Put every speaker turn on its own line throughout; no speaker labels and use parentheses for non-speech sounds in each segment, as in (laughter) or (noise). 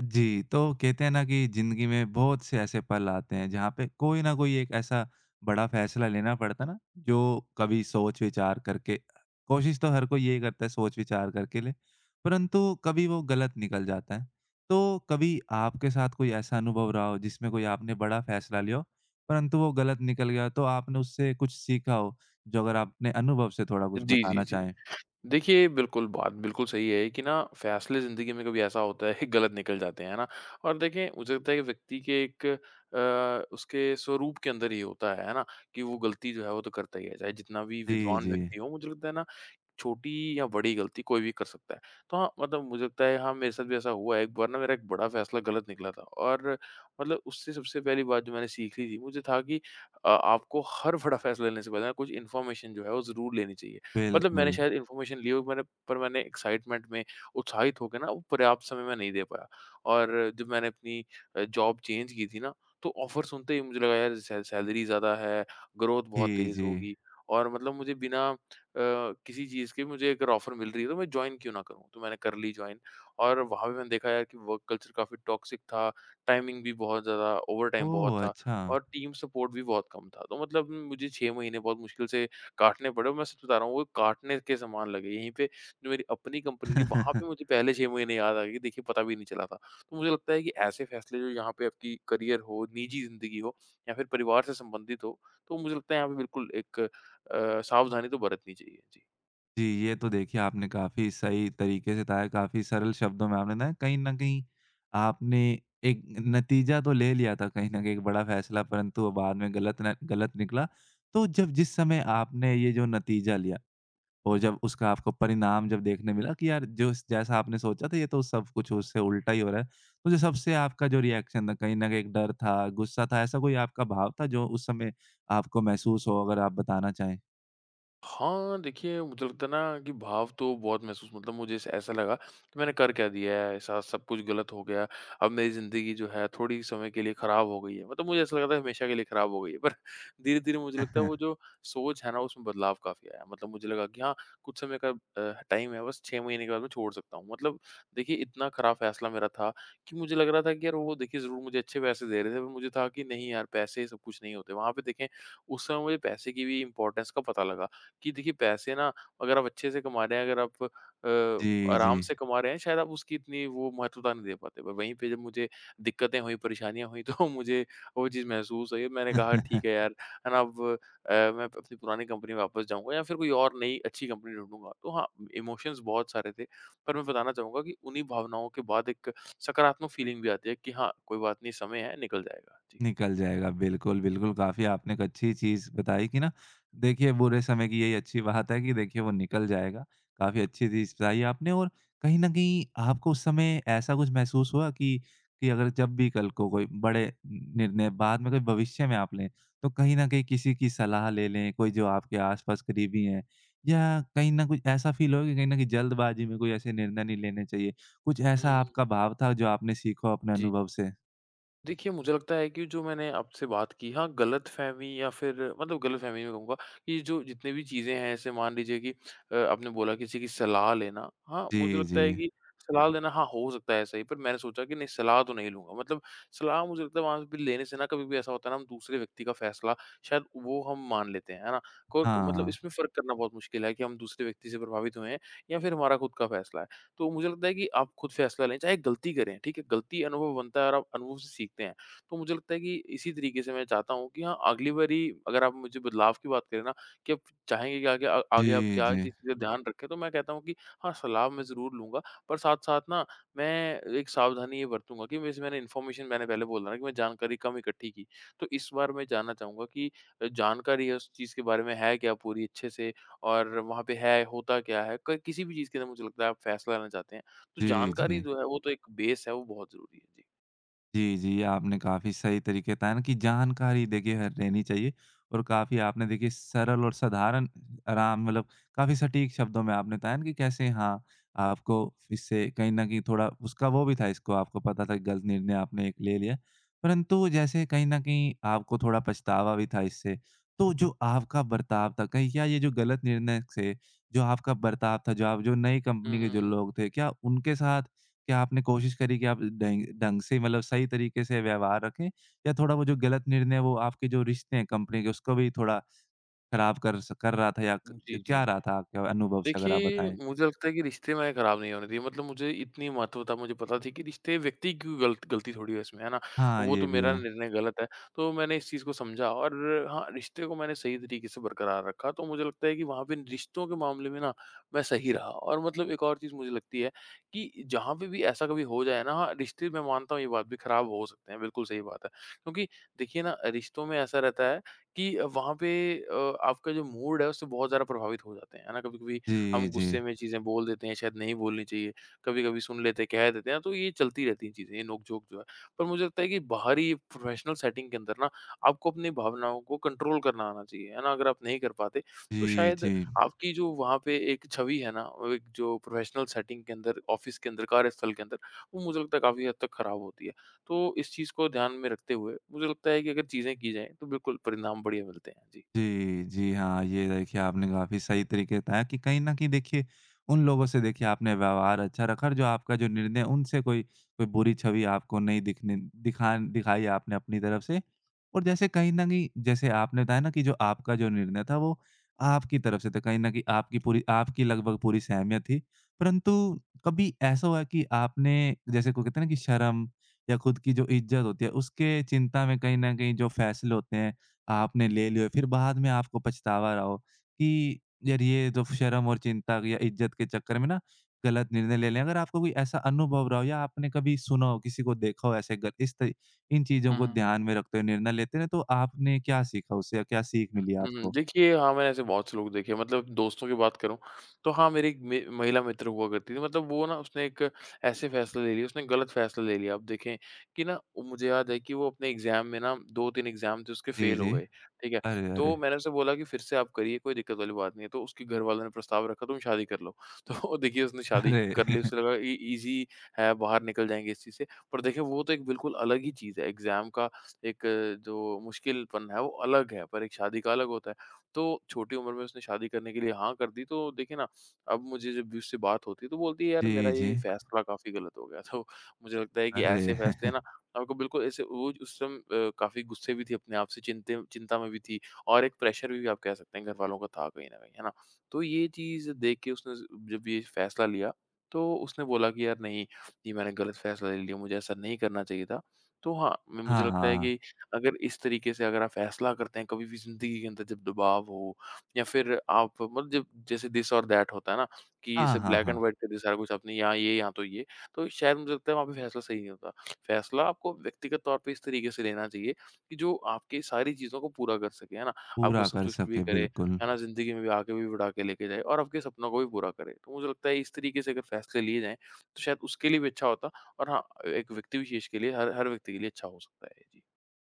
जी, तो कहते हैं ना कि ज़िंदगी में बहुत से ऐसे पल आते हैं, जहाँ पे कोई ना कोई एक ऐसा बड़ा फैसला लेना पड़ता है ना, जो कभी सोच-विचार करके कोशिश तो हर कोई यही करता है सोच-विचार करके ले, परंतु कभी वो गलत निकल जाता है। तो कभी आपके साथ कोई ऐसा अनुभव रहा हो, जिसमें कोई आपने बड़ा फैसला लिया हो, परंतु वो गलत निकल गया, तो आपने उससे कुछ सीखा हो? जो अगर आप अपने अनुभव से थोड़ा कुछ
जी, जी,
बताना
जी।
चाहें?
देखिए, बिल्कुल बात बिल्कुल सही है कि ना फ़ैसले ज़िंदगी में कभी ऐसा होता है (laughs) गलत निकल जाते हैं, है ना? और देखें मुझे लगता है कि व्यक्ति के एक उसके स्वरूप के अंदर ये होता है ना? कि वो गलती जो है वो तो करता ही है, चाहे जितना भी
जी,
विद्वान
जी।
व्यक्ति हो मुझे लगता है ना छोटी या बड़ी गलती कोई भी कर सकता है। तो हाँ, मतलब मुझे लगता है हाँ, मेरे साथ भी ऐसा हुआ है। एक बार ना मेरा एक बड़ा फैसला गलत निकला था और मतलब उससे सबसे पहली बात जो मैंने सीख ली थी, मुझे था कि आपको हर बड़ा फैसला लेने से पहले ना कुछ इन्फॉर्मेशन जो है वो ज़रूर लेनी चाहिए। मतलब मैंने
बिल्कुल।
शायद इन्फॉर्मेशन ली हो मैंने पर मैंने एक्साइटमेंट में उत्साहित होके ना वो पर्याप्त समय मैं नहीं दे पाया। और जब मैंने अपनी जॉब चेंज की थी ना, तो ऑफ़र सुनते ही मुझे लगा यार सै सैलरी ज़्यादा है, ग्रोथ बहुत
जी,
तेज़
जी।
होगी और मतलब मुझे बिना अ, किसी चीज़ की मुझे अगर ऑफ़र मिल रही है तो मैं जॉइन क्यों ना करूँ? तो मैंने कर ली जॉइन और वहाँ भी मैंने देखा यार कि वर्क कल्चर काफ़ी टॉक्सिक था, टाइमिंग भी बहुत ज़्यादा, ओवरटाइम बहुत
ओह!
था
अच्छा।
और टीम सपोर्ट भी बहुत कम था। तो मतलब मुझे 6 महीने बहुत मुश्किल से काटने पड़े और मैं सच बता रहा हूँ वो काटने के समान लगे। यहीं पे जो मेरी अपनी कंपनी थी वहाँ पे मुझे
(laughs)
पहले 6 महीने याद आ गए कि देखिए पता भी नहीं चला था। तो मुझे लगता है कि ऐसे फ़ैसले जो यहाँ पे आपकी करियर हो, निजी ज़िंदगी हो या फिर परिवार से संबंधित हो, तो मुझे लगता है यहाँ पे बिल्कुल एक सावधानी तो बरतनी चाहिए। जी।
जी, ये तो देखिए आपने काफ़ी सही तरीके से बताया, काफ़ी सरल शब्दों में आपने ना कहीं न कहीं आपने एक नतीजा तो ले लिया था कहीं न कहीं एक बड़ा फ़ैसला परंतु वो बाद में गलत न गलत निकला। तो जब जिस समय आपने ये जो नतीजा लिया और जब उसका आपको परिणाम जब देखने मिला कि यार जो जैसा आपने सोचा था ये तो सब कुछ उससे उल्टा ही हो रहा है। तो जो सबसे आपका जो रिएक्शन था कहीं न कहीं एक डर था, गुस्सा था, ऐसा कोई आपका भाव था जो उस समय आपको महसूस हो अगर आप बताना चाहें?
हाँ, देखिए मुझे लगता है ना कि भाव तो बहुत महसूस मतलब मुझे ऐस ऐसा लगा कि मैंने कर क्या दिया है? ऐसा सब कुछ गलत हो गया। अब मेरी ज़िंदगी जो है थोड़ी समय के लिए ख़राब हो गई है। मतलब मुझे ऐसा लगा था हमेशा के लिए ख़राब हो गई है। पर (laughs) धीरे-धीरे मुझे लगता है वो
(laughs)
जो सोच है ना उसमें बदलाव काफ़ी आया। मतलब मुझे लगा कि हाँ, कुछ समय का टाइम है बस 6 महीने के बाद मैं छोड़ सकता हूँ। मतलब देखिए इतना ख़राब फ़ैसला मेरा था कि मुझे लग रहा था कि यार वो देखिए ज़रूर मुझे अच्छे पैसे दे रहे थे पर मुझे था कि नहीं यार पैसे सब कुछ नहीं होते। वहाँ पे देखें उस समय मुझे पैसे की भी इम्पोर्टेंस का पता लगा। कि देखिए पैसे ना अगर आप अच्छे से कमा रहे हैं, अगर आप
जी, जी।
आराम से कमा रहे हैं शायद आप उसकी इतनी वो महत्वता नहीं दे पाते। पर वहीं पे जब मुझे दिक्कतें हुई, परेशानियाँ हुई तो (laughs) मुझे वो चीज़ महसूस हुई। मैंने कहा ठीक है
(laughs)
यार, है ना अब मैं अपनी पुरानी कंपनी में वापस जाऊँगा या फिर कोई और नई अच्छी कंपनी ढूँढूँगा। तो हाँ, इमोशंस बहुत सारे थे। पर मैं बताना चाहूँगा कि उन्हीं भावनाओं के बाद एक सकारात्मक फीलिंग भी आती है कि हाँ, कोई बात नहीं समय है निकल जाएगा। जी।
निकल जाएगा। बिल्कुल, बिल्कुल, काफ़ी आपने एक अच्छी चीज़ बताई कि ना देखिए बुरे समय की यही अच्छी बात है कि देखिए वो निकल जाएगा। काफ़ी अच्छी चीज़ बताई आपने और कहीं न कहीं आपको उस समय ऐसा कुछ महसूस हुआ कि अगर जब भी कल को कोई बड़े निर्णय बाद में कोई भविष्य में आप लें, तो कहीं न कहीं किसी की सलाह ले लें, कोई जो आपके आस-पास करीबी हैं या कहीं न कुछ ऐसा फ़ील हो कि कहीं न कहीं जल्दबाज़ी में कोई ऐसे निर्णय नहीं लेने चाहिए? कुछ
हुँ, हुँ,
ऐसा
हुँ।
आपका भाव था जो आपने सीखा हो अपने
जी।
अनुभव से?
देखिए, मुझे लगता है कि जो मैंने आपसे बात की, हाँ, गलतफ़हमी या फिर मतलब गलतफ़हमी मैं कहूँगा कि जो जितनी भी चीज़ें हैं, जैसे मान लीजिए कि आपने बोला किसी की सलाह लेना। हाँ, मुझे
जी,
लगता
जी।
है कि सलाह लेना हाँ, हो सकता है ऐसा ही, पर मैंने सोचा कि नहीं, सलाह तो नहीं लूँगा। मतलब सलाह मुझे लगता है वहाँ पे लेने से ना कभी-कभी ऐसा होता है ना, हम दूसरे व्यक्ति का फ़ैसला शायद वो हम मान लेते हैं, है ना? को मतलब
हाँ।
इसमें फ़र्क करना बहुत मुश्किल है कि हम दूसरे व्यक्ति से प्रभावित हुए हैं या फिर हमारा खुद का फ़ैसला है। तो मुझे लगता है कि आप खुद फैसला लें, चाहे गलती करें, ठीक है? गलती अनुभव बनता है और आप अनुभव से सीखते हैं। तो मुझे लगता है कि इसी तरीके से मैं चाहता हूँ कि हाँ, अगली बारी अगर आप मुझे बदलाव की बात करें ना कि आप चाहेंगे कि आगे आप
जी,
क्या
जी।
चीज़ का ध्यान रखें, तो मैं कहता हूँ कि हाँ, सलाह मैं ज़रूर लूँगा, पर साथ-साथ ना मैं एक सावधानी ये बरतूँगा कि वैसे मैंने पहले बोला ना कि मैं जानकारी कम इकट्ठी की। तो इस बार मैं जानना चाहूँगा कि जानकारी है उस चीज़ के बारे में है क्या पूरी अच्छे से? और वहाँ पे है, होता क्या है, क किसी भी चीज़ के अंदर मुझे लगता है आप फ़ैसला लेना चाहते हैं, तो
जी,
जानकारी
जी।
जो है वो तो एक बेस है, वो बहुत ज़रूरी है। जी।
जी, जी, आपने काफ़ी सही तरीके बताया ना कि जानकारी देखिए ह रहनी चाहिए और काफ़ी आपने देखिए सरल और साधारण आराम मतलब काफ़ी सटीक शब्दों में आपने बताया ना कि कैसे हाँ, आपको इससे कहीं न कहीं थोड़ा उसका वो भी था इसको आपको पता था कि गलत निर्णय आपने एक ले लिया। परंतु जैसे कहीं न कहीं आपको थोड़ा पछतावा भी था इससे। तो जो आपका बर्ताव था कहीं क्या ये जो गलत निर्णय से जो आपका बर्ताव था, जो आप जो नई
हुँ,
कंपनी के
हुँ,
जो
हुँ।
लोग थे, क्या उनके साथ क्या आपने कोशिश करी कि आप ढंग ढंग से मतलब सही तरीके से व्यवहार रखें या थोड़ा वो जो गलत निर्णय है वो आपके जो रिश्ते हैं कंपनी के उसको भी थोड़ा खराब कर रहा था या क
जी, जी,
क्या
जी।
रहा था आपके अनुभव से अगर आप
देखिए,
बताएँ?
मुझे लगता है कि रिश्ते मैंने खराब नहीं होने दिए मतलब मुझे इतनी महत्वता मुझे पता थी कि रिश्ते व्यक्ति की गलती थोड़ी है इसमें, है ना?
हाँ,
वो तो
ये भी
मेरा
है।
निर्णय गलत है, तो मैंने इस चीज़ को समझा और हाँ, रिश्ते को मैंने सही तरीके से बरकरार रखा, तो मुझे लगता है कि वहाँ पे रिश्तों के मामले में ना, मैं सही रहा और मतलब एक और चीज़ मुझे लगती है कि जहाँ पे भी ऐसा कभी हो जाए ना, हाँ, रिश्ते मैं मानता हूँ ये बात भी खराब हो सकते हैं, बिल्कुल सही बात है। क्योंकि देखिए ना, रिश्तों में ऐसा रहता है कि वहाँ पे अ, आपका जो मूड है उससे बहुत ज़्यादा प्रभावित हो जाते हैं, है ना? कभी-कभी हम
जी, जी।
गुस्से में चीज़ें बोल देते हैं, शायद नहीं बोलनी चाहिए। कभी-कभी सुन लेते हैं, कह देते हैं ना, तो ये चलती रहती हैं चीज़ें, ये नोक-झोंक जो है। पर मुझे लगता है कि बाहरी प्रोफ़ेशनल सेटिंग के अंदर ना, आपको अपनी भावनाओं को कंट्रोल करना आना चाहिए, है ना? अगर आप नहीं कर पाते, तो
जी,
शायद
जी।
आपकी जो वहाँ पे एक छवि है ना, वो एक जो प्रोफ़ेशनल सेटिंग के अंदर, ऑफ़िस के अंदर, कार्यस्थल के अंदर, वो मुझे लगता है काफ़ी हद तक खराब होती है। तो इस चीज़ को ध्यान में रखते हुए, मुझे लगता है कि अगर चीज़ें की जाएँ, तो बिल्कुल परिणाम बढ़िया मिलते हैं। जी।
जी, जी। हाँ, ये देखिए आपने काफ़ी सही तरीके बताया कि कहीं न कहीं देखिए उन लोगों से देखिए आपने व्यवहार अच्छा रखा और जो आपका जो निर्णय उनसे कोई कोई बुरी छवि आपको नहीं दिखने दिखा दिखाई आपने अपनी तरफ से। और जैसे कहीं न कहीं जैसे आपने बताया ना कि जो आपका जो निर्णय था वो आपकी तरफ से था। कहीं न कहीं आपकी पूरी आपकी लगभग पूरी सहमत थी। परंतु कभी ऐसा हुआ है कि आपने जैसे को कहते हैं ना कि शर्म या खुद की जो इज़्ज़त होती है उसके चिंता में कहीं न कहीं जो फैसले होते हैं आपने ले लियो, फिर बाद में आपको पछतावा रहा हो कि यार ये तो शर्म और चिंता या इज्जत के चक्कर में ना गलत निर्णय ले लें। अगर आपको कोई ऐसा अनुभव रहा हो या आपने कभी सुना हो, किसी को देखा हो ऐसे ग इस त इन चीज़ों को
हुँ।
ध्यान में रखते हुए निर्णय लेते हैं, तो आपने क्या सीखा उससे या क्या सीख मिली
हुँ, हुँ।
आपको?
देखिए, हाँ, मैंने ऐसे बहुत से लोग देखे हैं मतलब दोस्तों की बात करूँ, तो हाँ, मेरी एक मे महिला मित्र हुआ करती थी मतलब वो ना उसने एक ऐसे फ़ैसला ले लिया, उसने गलत फ़ैसला ले लिया। अब देखें कि ना वो- मुझे याद है कि वो अपने एग्ज़ाम में ना 2-3 एग्ज़ाम थे उसके
जी,
फ़ेल हो
जी।
गए, ठीक है?
अरे, अरे!
तो मैंने उससे बोला कि, "फिर से आप करिए, कोई दिक्कत वाली बात नहीं है।" तो उसके घर वालों ने प्रस्ताव रखा, "तुम शादी कर लो।" (laughs) तो वो देखिए उसने शादी
अरे!
कर ली, उसे
(laughs)
लगा इ ईज़ी है, बाहर निकल जाएँगे इस चीज़ से। पर देखिए वो तो एक बिल्कुल अलग ही चीज़ है एग्ज़ाम का एक जो मुश्किलपन है वो अलग है, पर एक शादी का अलग होता है। तो छोटी उम्र में उसने शादी करने के लिए हाँ कर दी, तो देखिए ना अब मुझे जब भी उससे बात होती है तो बोलती है यार मेरा
जी, जी।
ये फैसला काफ़ी गलत हो गया। (laughs) तो मुझे लगता है कि
अरे!
ऐसे फैसले
(laughs)
ना आपको बिल्कुल ऐसे वो उस समय काफ़ी गुस्से भी थी अपने आप से, चिंते चिंता में भी थी और एक प्रेशर भी आप कह सकते हैं घर वालों का था कहीं न कहीं, है ना? तो ये चीज़ देख के उसने जब ये फैसला लिया, तो उसने बोला कि यार नहीं, ये मैंने गलत फैसला ले लिया, मुझे ऐसा नहीं करना चाहिए था। तो हाँ, म मुझे
हाँ,
लगता है
हाँ।
कि अगर इस तरीके से अगर आप फ़ैसला करते हैं कभी भी ज़िंदगी के अंदर जब दबाव हो या फिर आप मतलब जब जैसे दिस और दैट होता है ना कि
हाँ,
जैसे
हाँ,
ब्लैक एंड
हाँ।
व्हाइट कर दिया सारा कुछ आपने यहाँ ये, यहाँ तो ये, तो शायद मुझे लगता है वहाँ पे फ़ैसला सही नहीं होता। फ़ैसला आपको व्यक्तिगत तौर पे इस तरीके से लेना चाहिए कि जो आपकी सारी चीज़ों को पूरा कर सके, है ना? आपको
पूरा कर
संतुष्ट भी
सके,
करे,
बिल्कुल।
है ना? ज़िंदगी में भी आगे भी बढ़ा के लेके जाए और आपके सपनों को भी पूरा करे। तो मुझे लगता है इस तरीके से अगर फ़ैसले लिए जाएँ, तो शायद उसके लिए भी अच्छा होता और हाँ, एक व्यक्ति विशेष के लिए हर हर व्यक्ति के लिए अच्छा हो सकता है। जी।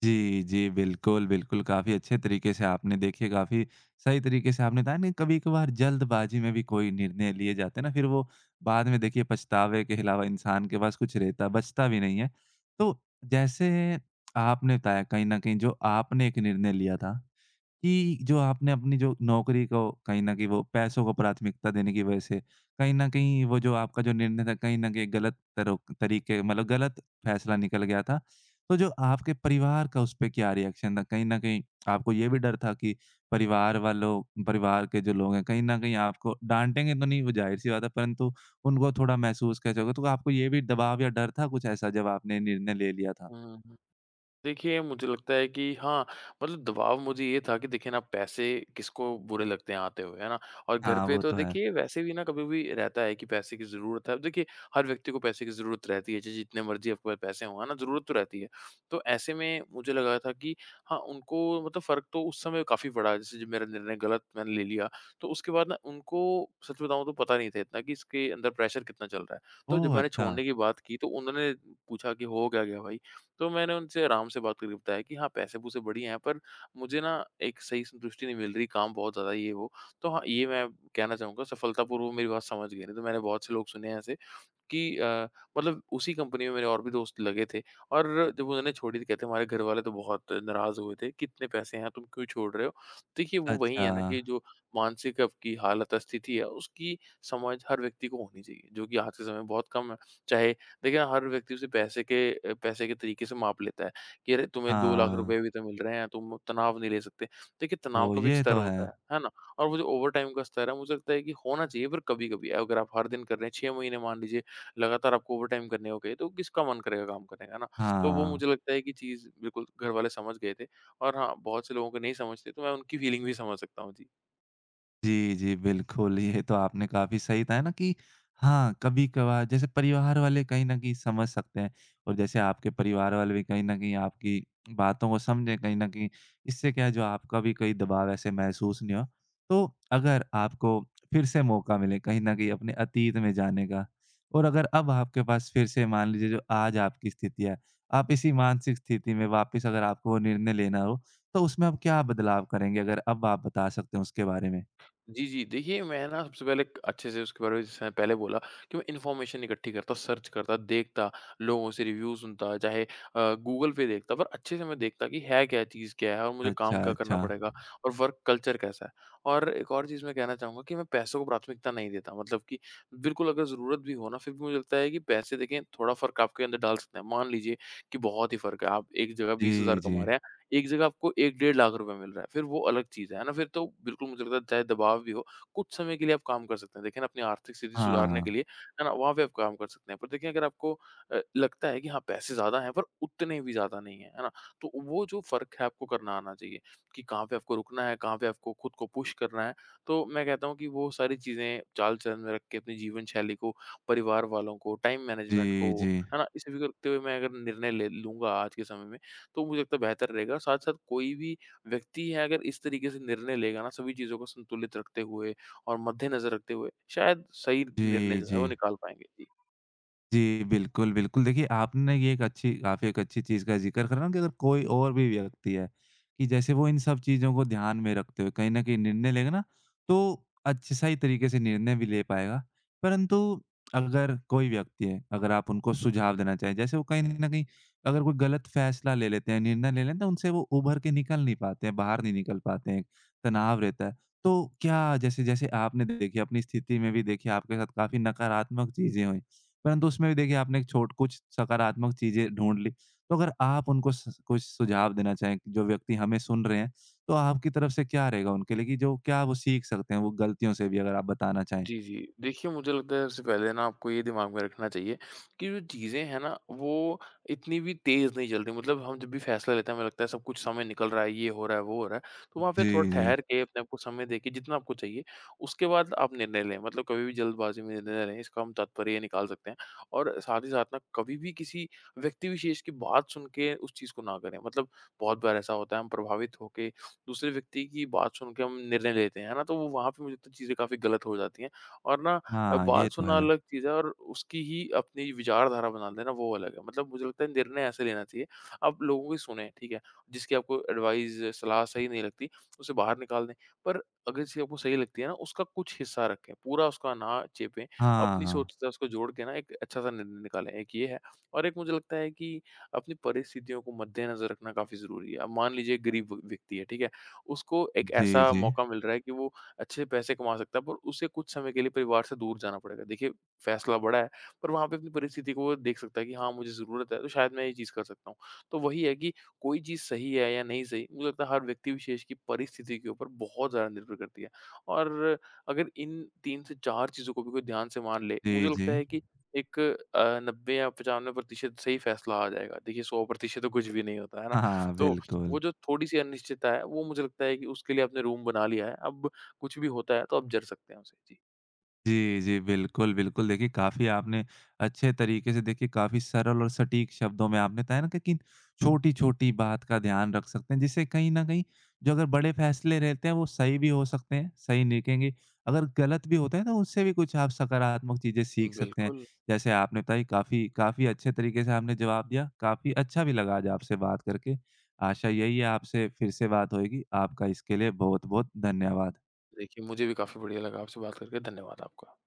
जी, जी। बिल्कुल, बिल्कुल। काफ़ी अच्छे तरीके से आपने देखिए काफ़ी सही तरीके से आपने बताया नहीं कभी-कभार जल्दबाज़ी में भी कोई निर्णय लिए जाते हैं ना फिर वो बाद में देखिए पछतावे के अलावा इंसान के पास कुछ रहता बचता भी नहीं है। तो जैसे आपने बताया कहीं न कहीं जो आपने एक निर्णय लिया था कि जो आपने अपनी जो नौकरी को कहीं न कहीं वो पैसों को प्राथमिकता देने की वजह से, कहीं न कहीं वो जो आपका जो निर्णय था कहीं न कहीं गलत तरो तरीके मतलब गलत फैसला निकल गया था। तो जो आपके परिवार का उस पे क्या रिएक्शन था? कहीं न कहीं आपको ये भी डर था कि परिवार के जो लोग हैं कहीं न कहीं आपको डाँटेंगे तो नहीं वो ज़ाहिर-सी बात है परंतु उनको थोड़ा महसूस कैसे होगा? तो आपको ये भी दबाव या डर था कुछ ऐसा जब आपने निर्णय ले लिया था?
हुँ। देखिए, मुझे लगता है कि हाँ, मतलब दबाव मुझे ये था कि देखिए ना पैसे किसको बुरे लगते हैं आते हुए, है ना? और घर
हाँ,
पे
वो
तो
तो है।
देखिए वैसे भी ना कभी-कभी रहता है कि पैसे की ज़रूरत है। अब देखिए हर व्यक्ति को पैसे की ज़रूरत रहती है, चाहे जितने मर्ज़ी आपके पास पैसे हों, है ना? ज़रूरत तो रहती है। तो ऐसे में मुझे लगा था कि हाँ, उनको मतलब फ़र्क तो उस समय काफ़ी पड़ा, जैसे जब मेरा निर्णय गलत मैंने ले लिया, तो उसके बाद ना उनको सच बताऊँ तो पता नहीं था इतना कि इसके अंदर प्रेशर कितना चल रहा है। तो जब
ओह!
मैंने
अच्छा।
छोड़ने की बात की, तो उन्होंने पूछा कि, "हो क्या गया भाई? तो मैंने उनसे आराम से बात करके बताया कि हाँ, पैसे-पूसे बढ़िया हैं पर मुझे ना एक सही संतुष्टि नहीं मिल रही, काम बहुत ज़्यादा ये वो। तो हाँ, ये मैं कहना चाहूँगा सफलतापूर्वक मेरी बात समझ गए, नहीं तो मैंने बहुत से लोग सुने हैं ऐसे कि अ, मतलब उसी कंपनी में मेरे और भी दोस्त लगे थे और जब उन्होंने छोड़ी तो कहते हमारे घर वाले तो बहुत नाराज़ हुए थे, कितने पैसे हैं, तुम क्यों छोड़ रहे हो? देखिए वो वही
अच्छा।
है ना कि जो मानसिक आपकी हालत है, स्थिति है, उसकी समझ हर व्यक्ति को होनी चाहिए, जो कि आज के समय में बहुत कम है। चाहे देखिए ना, हर व्यक्ति उसे पैसे के तरीके से माप लेता है कि अरे तुम्हें 2 लाख
हाँ।
रुपए भी तो मिल रहे हैं, तुम तनाव नहीं ले सकते। देखिए तनाव
तो
का भी एक
ये
स्तर
तो है।
होता है ना? और वो जो ओवरटाइम का स्तर है, मुझे लगता है कि होना चाहिए पर कभी-कभी अगर आप हर दिन कर रहे हैं, 6 महीने मान लीजिए लगातार आपको ओवरटाइम करने हो गए, तो किसका मन करेगा काम करने का, है ना? तो वो
हाँ,
मुझे लगता है कि चीज़ बिल्कुल घर वाले समझ गए थे और हाँ, बहुत से लोगों को नहीं समझते, तो मैं उनकी फीलिंग भी समझ सकता हूँ। जी।
जी, जी, बिल्कुल, ये तो आपने काफ़ी सही कहा है ना कि हाँ, कभी-कभार जैसे परिवार वाले कहीं न कहीं समझ सकते हैं और जैसे आपके परिवार वाले भी कहीं न कहीं आपकी बातों को समझें कहीं न कहीं, इससे क्या है जो आपका भी कोई दबाव ऐसे महसूस नहीं हो। तो अगर आपको फिर से मौका मिले कहीं न कहीं अपने अतीत में जाने का और अगर अब आपके पास फिर से मान लीजिए जो आज आपकी स्थिति है, आप इसी मानसिक स्थिति में वापस अगर आपको वो निर्णय लेना हो, तो उसमें आप क्या बदलाव करेंगे? अगर अब आप बता सकते हो उसके बारे में?
जी, जी। देखिए, मैं ना सबसे पहले क अच्छे से उसके बारे में जैसे मैंने पहले बोला कि मैं इन्फॉर्मेशन इकट्ठी करता, सर्च करता, देखता, लोगों से रिव्यू सुनता, गूगल पे देखता, पर अच्छे से मैं देखता कि है क्या चीज़, क्या है और मुझे
अच्छा,
काम क्या करना
अच्छा।
पड़ेगा और वर्क कल्चर कैसा है। और एक और चीज़ मैं कहना चाहूँगा कि मैं पैसों को प्राथमिकता नहीं देता, मतलब कि बिल्कुल अगर ज़रूरत भी हो ना, फिर भी मुझे लगता है कि पैसे देखें, थोड़ा फ़र्क आपके अंदर डाल सकते हैं। मान लीजिए कि बहुत ही फ़र्क है, आप एक जगह 20,000
जी, जी।
कमा रहे हैं। एक जगह आपको 1 डेढ़ लाख रुपए मिल रहा है, फिर वो अलग चीज़ है ना? फिर तो बिल्कुल मुझे लगता है चाहे दबाव भी हो, कुछ समय के लिए आप काम कर सकते हैं। देखिए ना अपनी आर्थिक स्थिति सुधारने के
हाँ।
लिए, है ना? वहाँ पे आप काम कर सकते हैं। पर देखिए अगर आपको लगता है कि हाँ, पैसे ज़्यादा हैं पर उतने भी ज़्यादा नहीं हैं, है ना? तो वो जो फ़र्क है आपको करना आना चाहिए कि कहाँ पे आपको रुकना है, कहाँ पे आपको खुद को पुश करना है। तो मैं कहता हूँ कि वो सारी चीज़ें चाल-चलन में रख के अपनी जीवन शैली को, परिवार वालों को, टाइम मैनेजमेंट
जी,
को,
जी।
है ना? इसे भी करते हुए मैं अगर निर्णय ले लूँगा आज के समय में तो मुझे लगता है बेहतर रहेगा। साथ-साथ कोई भी व्यक्ति है अगर इस तरीके से निर्णय लेगा ना सभी चीज़ों को संतुलित रखते हुए और मद्देनज़र रखते हुए, शायद सही निर्णय
जी,
जो है
जी।
वो निकाल पाएँगे। जी।
जी, बिल्कुल, बिल्कुल। देखिए, आपने ये एक अच्छी काफ़ी एक अच्छी चीज़ का ज़िक्र करा ना कि अगर कोई और भी व्यक्ति है कि जैसे वो इन सब चीज़ों को ध्यान में रखते हुए कहीं न कहीं निर्णय लेगा ना, तो अच्छे सही तरीके से निर्णय भी ले पाएगा। परंतु अगर कोई व्यक्ति है, अगर आप उनको सुझाव देना चाहें, जैसे वो कहीं न कहीं अगर कोई गलत फ़ैसला ले लेते हैं, निर्णय ले लेते हैं, तो उनसे वो उभर के निकल नहीं पाते हैं, बाहर नहीं निकल पाते हैं, तनाव रहता है। तो क्या जैसे जैसे आपने देखिए अपनी स्थिति में भी देखिए आपके साथ काफ़ी नकारात्मक चीज़ें हुई। परंतु उसमें भी देखिए आपने एक छोट कुछ सकारात्मक चीज़ें ढूँढ ली। तो अगर आप उनको स कुछ सुझाव देना चाहें, कि जो व्यक्ति हमें सुन रहे हैं, तो आपकी तरफ से क्या रहेगा उनके लिए कि जो क्या वो सीख सकते हैं, वो गलतियों से भी अगर आप बताना चाहें?
जी, जी। देखिए, मुझे लगता है सबसे पहले ना आपको ये दिमाग में रखना चाहिए कि जो चीज़ें हैं ना, वो इतनी भी तेज़ नहीं चलती। मतलब हम जब भी फैसला लेते हैं, हमें लगता है सब कुछ समय निकल रहा है, ये हो रहा है, वो हो रहा है। तो वहाँ पे
जी,
थोड़ा
जी।
ठहर के अपने आप को समय देके जितना आपको चाहिए, उसके बाद आप निर्णय लें। मतलब कभी भी जल्दबाज़ी में निर्णय ना लें, इसका हम तात्पर्य ये निकाल सकते हैं। और साथ ही साथ ना कभी भी किसी व्यक्ति विशेष की बात सुन के उस चीज़ को ना करें। मतलब बहुत बार ऐसा होता है, हम प्रभावित होके दूसरे व्यक्ति की बात सुन के हम निर्णय लेते हैं, है ना? तो वो वहाँ पे मुझे लगता है चीज़ें काफ़ी गलत हो जाती हैं। और
हाँ, ये
बात
तो
सुनना
है।
अलग चीज़ है और उसकी ही अपनी विचारधारा बना लेना वो अलग है। मतलब मुझे लगता है निर्णय ऐसे लेना चाहिए, आप लोगों की सुनें, ठीक है? जिसकी आपको एडवाइस, सलाह सही नहीं लगती, उसे बाहर निकाल दें। पर अगर चीज़ आपको सही लगती है ना, उसका कुछ हिस्सा रखें, पूरा उसका ना चेपें,
हाँ,
अपनी
हाँ।
सोच से उसको जोड़ के ना एक अच्छा-सा निर्णय निकालें, एक ये है। और एक मुझे लगता है कि अपनी परिस्थितियों को मद्देनज़र रखना काफ़ी ज़रूरी है। अब मान लीजिए एक गरीब व्यक्ति है, ठीक है? उसको एक
जी,
ऐसा
जी।
मौका मिल रहा है कि वो अच्छे पैसे कमा सकता है, पर उसे कुछ समय के लिए परिवार से दूर जाना पड़ेगा। देखिए, फ़ैसला बड़ा है, पर वहाँ पे अपनी परिस्थिति को वो देख सकता है कि हाँ, मुझे ज़रूरत है, तो शायद मैं ये चीज़ कर सकता हूँ। तो वही है कि कोई चीज़ सही है या नहीं सही, मुझे लगता है हर व्यक्ति विशेष की परिस्थिति के ऊपर बहुत ज़्यादा निर्भर करती है और अगर इन 3 से 4 चीज़ों को भी कोई ध्यान से मान ले, मुझे
जी, जी।
लगता है कि 90 या 95% सही फ़ैसला आ जाएगा। देखिए, 100% तो कुछ भी नहीं होता, है ना?
हाँ, हाँ,
तो
बिल्कुल।
वो जो थोड़ी-सी अनिश्चितता है, वो मुझे लगता है कि उसके लिए आपने रूम बना लिया है, अब कुछ भी होता है तो आप जर सकते हैं उसे। जी।
जी, जी। बिल्कुल, बिल्कुल। देखिए, काफ़ी आपने अच्छे तरीके से देखिए काफ़ी सरल और सटीक शब्दों में आपने बताया ना कि किन छोटी-छोटी बात का ध्यान रख सकते हैं, जिससे कहीं न कहीं जो अगर बड़े फैसले रहते हैं, वो सही भी हो सकते हैं, सही निकलेंगे। अगर गलत भी होते हैं, तो उससे भी कुछ आप सकारात्मक चीज़ें सीख सकते हैं।
बिल्कुल।
जैसे आपने बताई, काफ़ी काफ़ी अच्छे तरीके से आपने जवाब दिया। काफ़ी अच्छा भी लगा आज आपसे बात करके। आशा यही है, आपसे फिर से बात होएगी। आपका इसके लिए बहुत-बहुत धन्यवाद।
देखिए, मुझे भी काफ़ी बढ़िया लगा आपसे बात करके। धन्यवाद आपका।